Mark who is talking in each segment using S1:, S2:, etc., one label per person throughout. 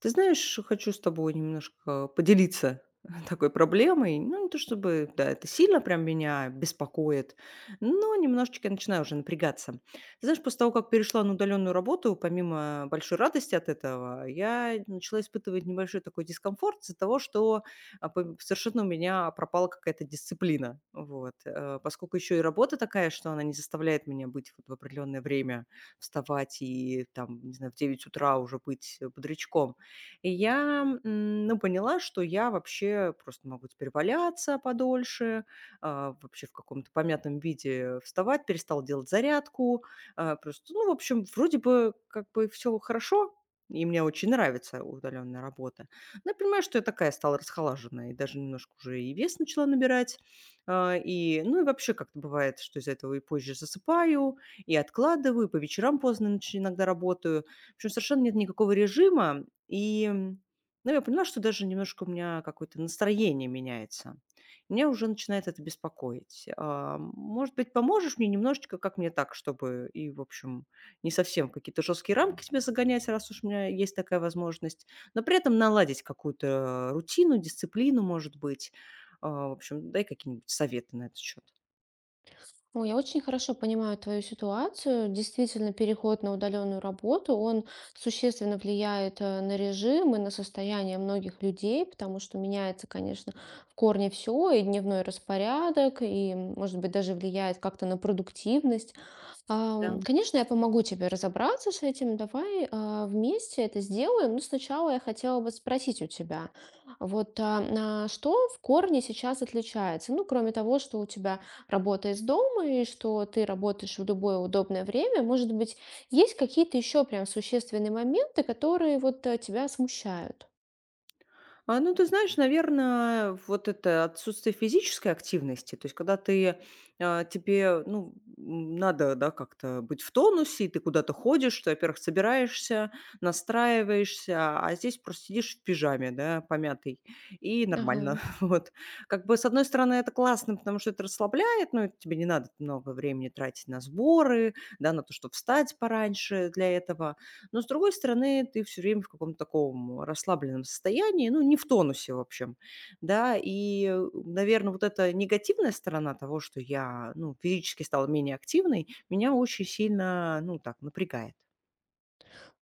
S1: Ты знаешь, хочу с тобой немножко поделиться такой проблемой. Ну, не то чтобы, да, это сильно прям меня беспокоит, но немножечко я начинаю уже напрягаться. Ты знаешь, после того, как перешла на удаленную работу, помимо большой радости от этого, я начала испытывать небольшой такой дискомфорт из-за того, что совершенно у меня пропала какая-то дисциплина. Вот. Поскольку еще и работа такая, что она не заставляет меня быть вот в определенное время вставать и там, не знаю, в 9 утра уже быть бодрячком, и я, ну, поняла, что я вообще просто могу теперь валяться подольше, вообще в каком-то помятом виде вставать, перестал делать зарядку. Просто, ну, в общем, вроде бы как бы все хорошо, и мне очень нравится удаленная работа. Но я понимаю, что я такая стала расхолаженная, и даже немножко уже и вес начала набирать. И, ну и вообще как-то бывает, что из-за этого и позже засыпаю, и откладываю, и по вечерам поздно иногда работаю. В общем, совершенно нет никакого режима, и, ну, я поняла, что даже немножко у меня какое-то настроение меняется. Меня уже начинает это беспокоить. Может быть, поможешь мне немножечко, как мне так, чтобы и, в общем, не совсем в какие-то жесткие рамки себя загонять, раз уж у меня есть такая возможность, но при этом наладить какую-то рутину, дисциплину, может быть. В общем, дай какие-нибудь советы на этот счет.
S2: Ой, я очень хорошо понимаю твою ситуацию. Действительно, переход на удаленную работу, он существенно влияет на режим и на состояние многих людей, потому что меняется, конечно, в корне все, и дневной распорядок, и, может быть, даже влияет как-то на продуктивность. Конечно, я помогу тебе разобраться с этим. Давай вместе это сделаем. Но сначала я хотела бы спросить у тебя, что в корне сейчас отличается? Ну, кроме того, что у тебя работа из дома и что ты работаешь в любое удобное время. Может быть, есть какие-то еще прям существенные моменты, которые тебя смущают?
S1: Ну, ты знаешь, наверное, вот это отсутствие физической активности, то есть когда ты, тебе, ну, надо, да, как-то быть в тонусе, и ты куда-то ходишь, ты, во-первых, собираешься, настраиваешься, а здесь просто сидишь в пижаме, да, помятый, и нормально.
S2: Ага.
S1: Вот. Как бы, с одной стороны, это классно, потому что это расслабляет, но тебе не надо много времени тратить на сборы, да, на то, чтобы встать пораньше для этого. Но, с другой стороны, ты все время в каком-то таком расслабленном состоянии, ну, не в тонусе, в общем, да. И, наверное, вот эта негативная сторона того, что я, ну, физически стала менее активной, меня очень сильно, ну, так напрягает.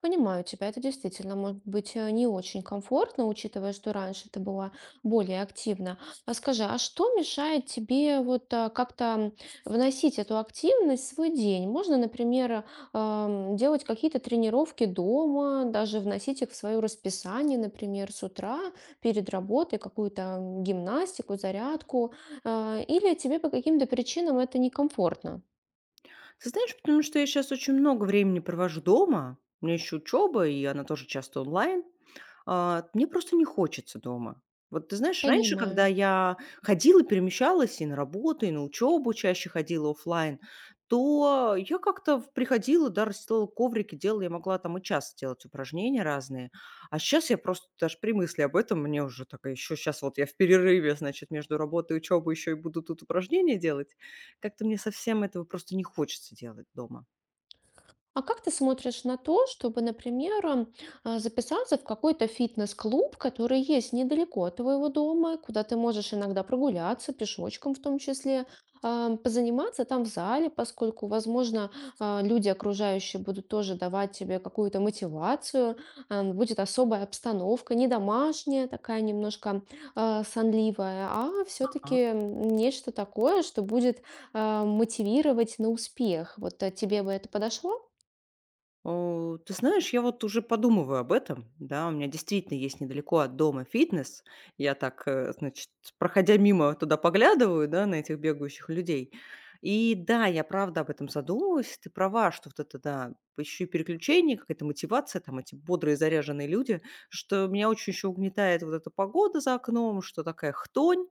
S2: Понимаю тебя, это действительно может быть не очень комфортно, учитывая, что раньше ты была более активна. А скажи, а что мешает тебе как-то вносить эту активность в свой день? Можно, например, делать какие-то тренировки дома, даже вносить их в свое расписание, например, с утра перед работой какую-то гимнастику, зарядку, или тебе по каким-то причинам это некомфортно?
S1: Ты знаешь, потому что я сейчас очень много времени провожу дома. У меня еще учеба, и она тоже часто онлайн. Мне просто не хочется дома. Вот ты знаешь, раньше, когда
S2: Понимаю.
S1: я ходила, перемещалась и на работу, и на учебу чаще ходила оффлайн, то я как-то приходила, да, расстилала коврики, делала, я могла там и час делать упражнения разные. А сейчас я просто даже при мысли об этом, мне уже такая еще сейчас вот я в перерыве, значит, между работой и учебой еще и буду тут упражнения делать. Как-то мне совсем этого просто не хочется делать дома.
S2: А как ты смотришь на то, чтобы, например, записаться в какой-то фитнес-клуб, который есть недалеко от твоего дома, куда ты можешь иногда прогуляться, пешочком в том числе, позаниматься там в зале, поскольку, возможно, люди окружающие будут тоже давать тебе какую-то мотивацию, будет особая обстановка, не домашняя, такая немножко сонливая, а
S1: Ага.
S2: все-таки нечто такое, что будет мотивировать на успех. Тебе бы это подошло?
S1: О, ты знаешь, я вот уже подумываю об этом. Да, у меня действительно есть недалеко от дома фитнес. Я так, значит, проходя мимо, туда поглядываю, да, на этих бегающих людей. И да, я правда об этом задумалась. Ты права, что вот это, да, еще и переключение, какая-то мотивация, там эти бодрые заряженные люди, что меня очень еще угнетает вот эта погода за окном, что такая хтонь,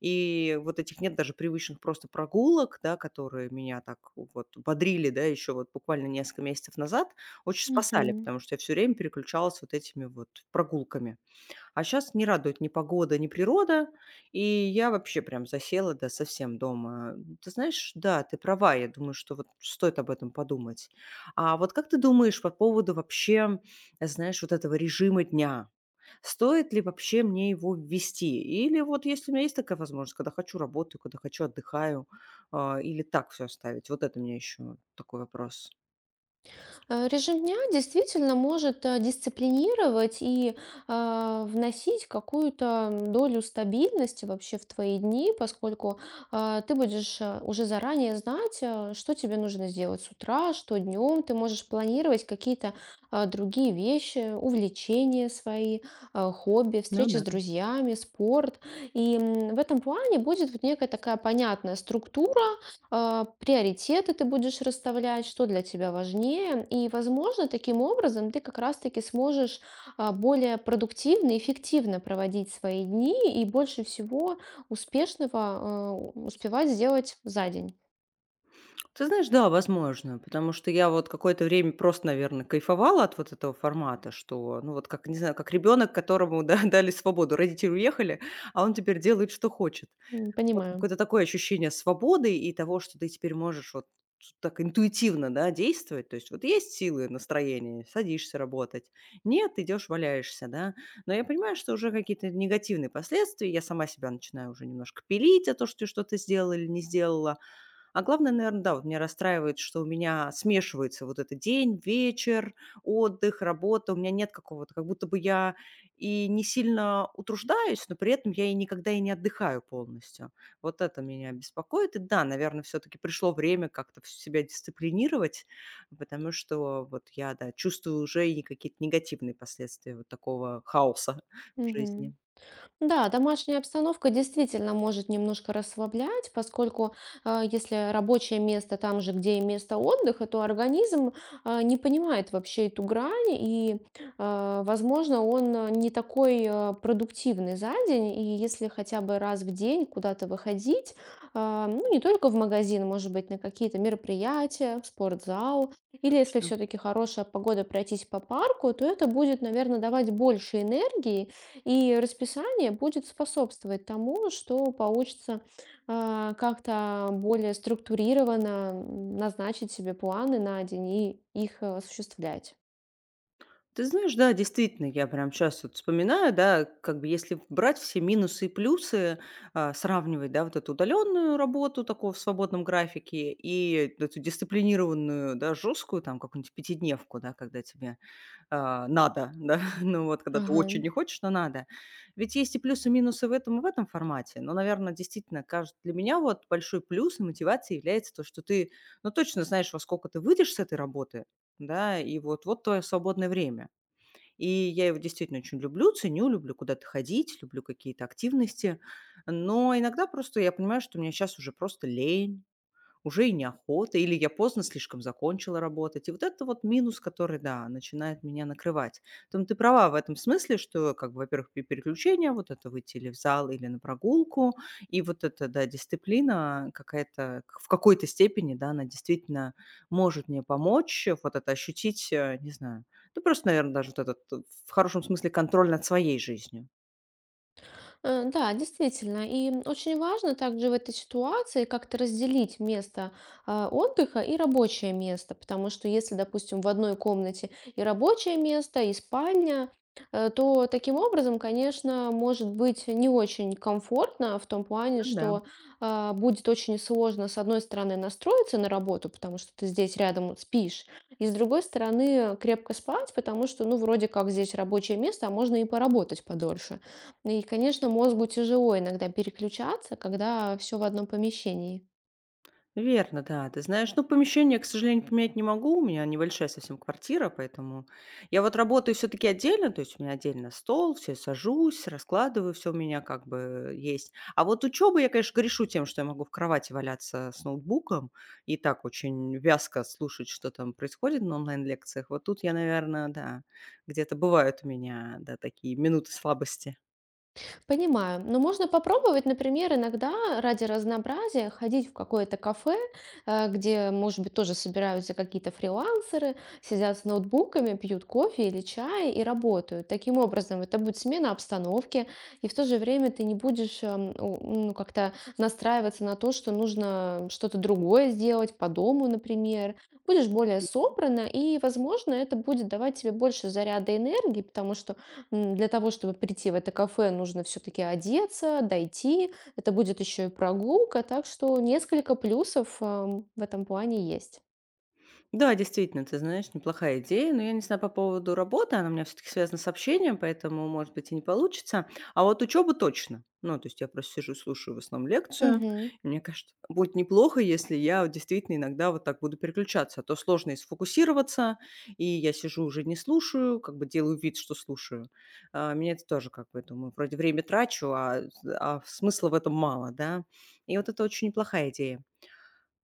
S1: и вот этих нет даже привычных просто прогулок, да, которые меня так вот бодрили, да, еще вот буквально несколько месяцев назад. Очень спасали,
S2: Мгм.
S1: потому что я все время переключалась вот этими вот прогулками. А сейчас не радует ни погода, ни природа, и я вообще прям засела, да, совсем дома. Ты знаешь, да, ты права, я думаю, что вот стоит об этом подумать. А вот как ты думаешь по поводу вообще, знаешь, вот этого режима дня? Стоит ли вообще мне его ввести? Или вот если у меня есть такая возможность, когда хочу работаю, когда хочу отдыхаю, или так все оставить? Вот это у меня еще такой вопрос.
S2: Режим дня действительно может дисциплинировать и вносить какую-то долю стабильности вообще в твои дни, поскольку ты будешь уже заранее знать, что тебе нужно сделать с утра, что днем. Ты можешь планировать какие-то другие вещи, увлечения свои, хобби,
S1: Ну
S2: встречи с
S1: да.
S2: друзьями, спорт. И в этом плане будет вот некая такая понятная структура, приоритеты ты будешь расставлять, что для тебя важнее. И, возможно, таким образом ты как раз-таки сможешь более продуктивно и эффективно проводить свои дни и больше всего успешного успевать сделать за день.
S1: Ты знаешь, да, возможно, потому что я вот какое-то время просто, наверное, кайфовала от вот этого формата, что, ну вот как, не знаю, как ребенок, которому да, дали свободу, родители уехали, а он теперь делает, что хочет. Вот
S2: Понимаю.
S1: какое-то такое ощущение свободы и того, что ты теперь можешь вот так интуитивно, да, действовать. То есть вот есть силы, настроение, садишься работать. Нет, идешь, валяешься, да. Но я понимаю, что уже какие-то негативные последствия. Я сама себя начинаю уже немножко пилить за то, что ты что-то сделала или не сделала, а главное, наверное, да, вот меня расстраивает, что у меня смешивается вот этот день, вечер, отдых, работа. У меня нет какого-то как будто бы я и не сильно утруждаюсь, но при этом я и никогда и не отдыхаю полностью. Вот это меня беспокоит. И да, наверное, все таки пришло время как-то вс себя дисциплинировать, потому что вот я, да, чувствую уже и какие-то негативные последствия вот такого хаоса в
S2: Мгм.
S1: жизни.
S2: Да, домашняя обстановка действительно может немножко расслаблять, поскольку если рабочее место там же, где и место отдыха, то организм не понимает вообще эту грань, и, возможно, он не такой продуктивный за день, и если хотя бы раз в день куда-то выходить, ну, не только в магазин, может быть, на какие-то мероприятия, в спортзал, или если все-таки хорошая погода пройтись по парку, то это будет, наверное, давать больше энергии, и расписание будет способствовать тому, что получится как-то более структурированно назначить себе планы на день и их осуществлять.
S1: Ты знаешь, да, действительно, я прям сейчас вот вспоминаю, да, как бы если брать все минусы и плюсы, сравнивать, да, вот эту удаленную работу такого в свободном графике и эту дисциплинированную, да, жесткую, там, какую-нибудь пятидневку, да, когда тебе надо, да, ну вот, когда ты
S2: Ага.
S1: очень не хочешь, но надо. Ведь есть и плюсы, и минусы в этом и в этом формате, но, наверное, действительно, кажется, для меня вот большой плюс и мотивацией является то, что ты, ну, точно знаешь, во сколько ты выйдешь с этой работы, да, и вот, вот твое свободное время. И я его действительно очень люблю, ценю, люблю куда-то ходить, люблю какие-то активности. Но иногда просто я понимаю, что мне сейчас уже просто лень, уже и неохота, или я поздно слишком закончила работать. И вот это вот минус, который, да, начинает меня накрывать. Поэтому ты права в этом смысле, что, как бы, во-первых, переключение, вот это выйти или в зал, или на прогулку, и вот эта, да, дисциплина какая-то, в какой-то степени, да, она действительно может мне помочь, вот это ощутить, не знаю, ну просто, наверное, даже вот этот, в хорошем смысле, контроль над своей жизнью.
S2: Да, действительно. И очень важно также в этой ситуации как-то разделить место отдыха и рабочее место, потому что если, допустим, в одной комнате и рабочее место, и спальня, то таким образом, конечно, может быть не очень комфортно в том плане,
S1: Да.
S2: что будет очень сложно, с одной стороны, настроиться на работу, потому что ты здесь рядом вот спишь, и с другой стороны, крепко спать, потому что, ну, вроде как здесь рабочее место, а можно и поработать подольше. И, конечно, мозгу тяжело иногда переключаться, когда все в одном помещении.
S1: Верно, да. Ты знаешь, ну, помещение, к сожалению, поменять не могу. У меня небольшая совсем квартира, поэтому я вот работаю все-таки отдельно, то есть у меня отдельно стол, все сажусь, раскладываю, все у меня как бы есть. А вот учеба, я, конечно, грешу тем, что я могу в кровати валяться с ноутбуком и так очень вязко слушать, что там происходит на онлайн-лекциях. Вот тут я, наверное, да, где-то бывают у меня, да, такие минуты слабости.
S2: Понимаю. Но можно попробовать, например, иногда ради разнообразия ходить в какое-то кафе, где, может быть, тоже собираются какие-то фрилансеры, сидят с ноутбуками, пьют кофе или чай и работают. Таким образом, это будет смена обстановки, и в то же время ты не будешь ну, как-то настраиваться на то, что нужно что-то другое сделать по дому, например. Будешь более собрана, и, возможно, это будет давать тебе больше заряда энергии, потому что для того, чтобы прийти в это кафе, нужно все-таки одеться, дойти. Это будет еще и прогулка, так что несколько плюсов в этом плане есть.
S1: Да, действительно, ты знаешь, неплохая идея, но я не знаю по поводу работы, она у меня все таки связана с общением, поэтому, может быть, и не получится. А вот учёба точно. Ну, то есть я просто сижу, слушаю в основном лекцию.
S2: Мгм.
S1: И мне кажется, будет неплохо, если я вот действительно иногда вот так буду переключаться, а то сложно и сфокусироваться, и я сижу уже не слушаю, как бы делаю вид, что слушаю. Меня это тоже как бы, думаю, вроде время трачу, а смысла в этом мало, да. И вот это очень неплохая идея.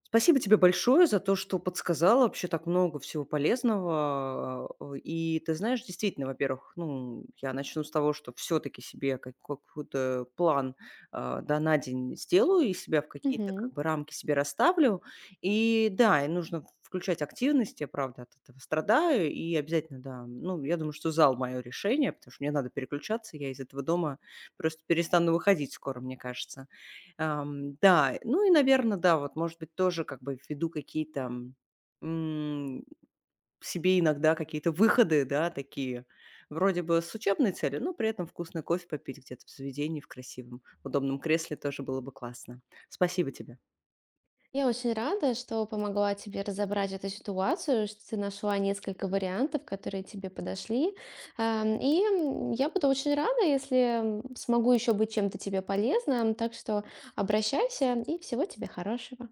S1: Спасибо тебе большое за то, что подсказала вообще так много всего полезного. И ты знаешь, действительно, во-первых, ну, я начну с того, что все-таки себе какой-то план, да, на день сделаю и себя в какие-то
S2: Мгм.
S1: как бы рамки себе расставлю. И да, и нужно включать активность, я правда от этого страдаю, и обязательно, да, ну, я думаю, что зал мое решение, потому что мне надо переключаться, я из этого дома просто перестану выходить скоро, мне кажется. Да, ну и, наверное, да, вот, может быть, тоже как бы введу какие-то, м, себе иногда какие-то выходы, да, такие. Вроде бы с учебной целью, но при этом вкусный кофе попить где-то в заведении, в красивом, удобном кресле тоже было бы классно. Спасибо тебе.
S2: Я очень рада, что помогла тебе разобрать эту ситуацию, что ты нашла несколько вариантов, которые тебе подошли. И я буду очень рада, если смогу еще быть чем-то тебе полезным. Так что обращайся и всего тебе хорошего.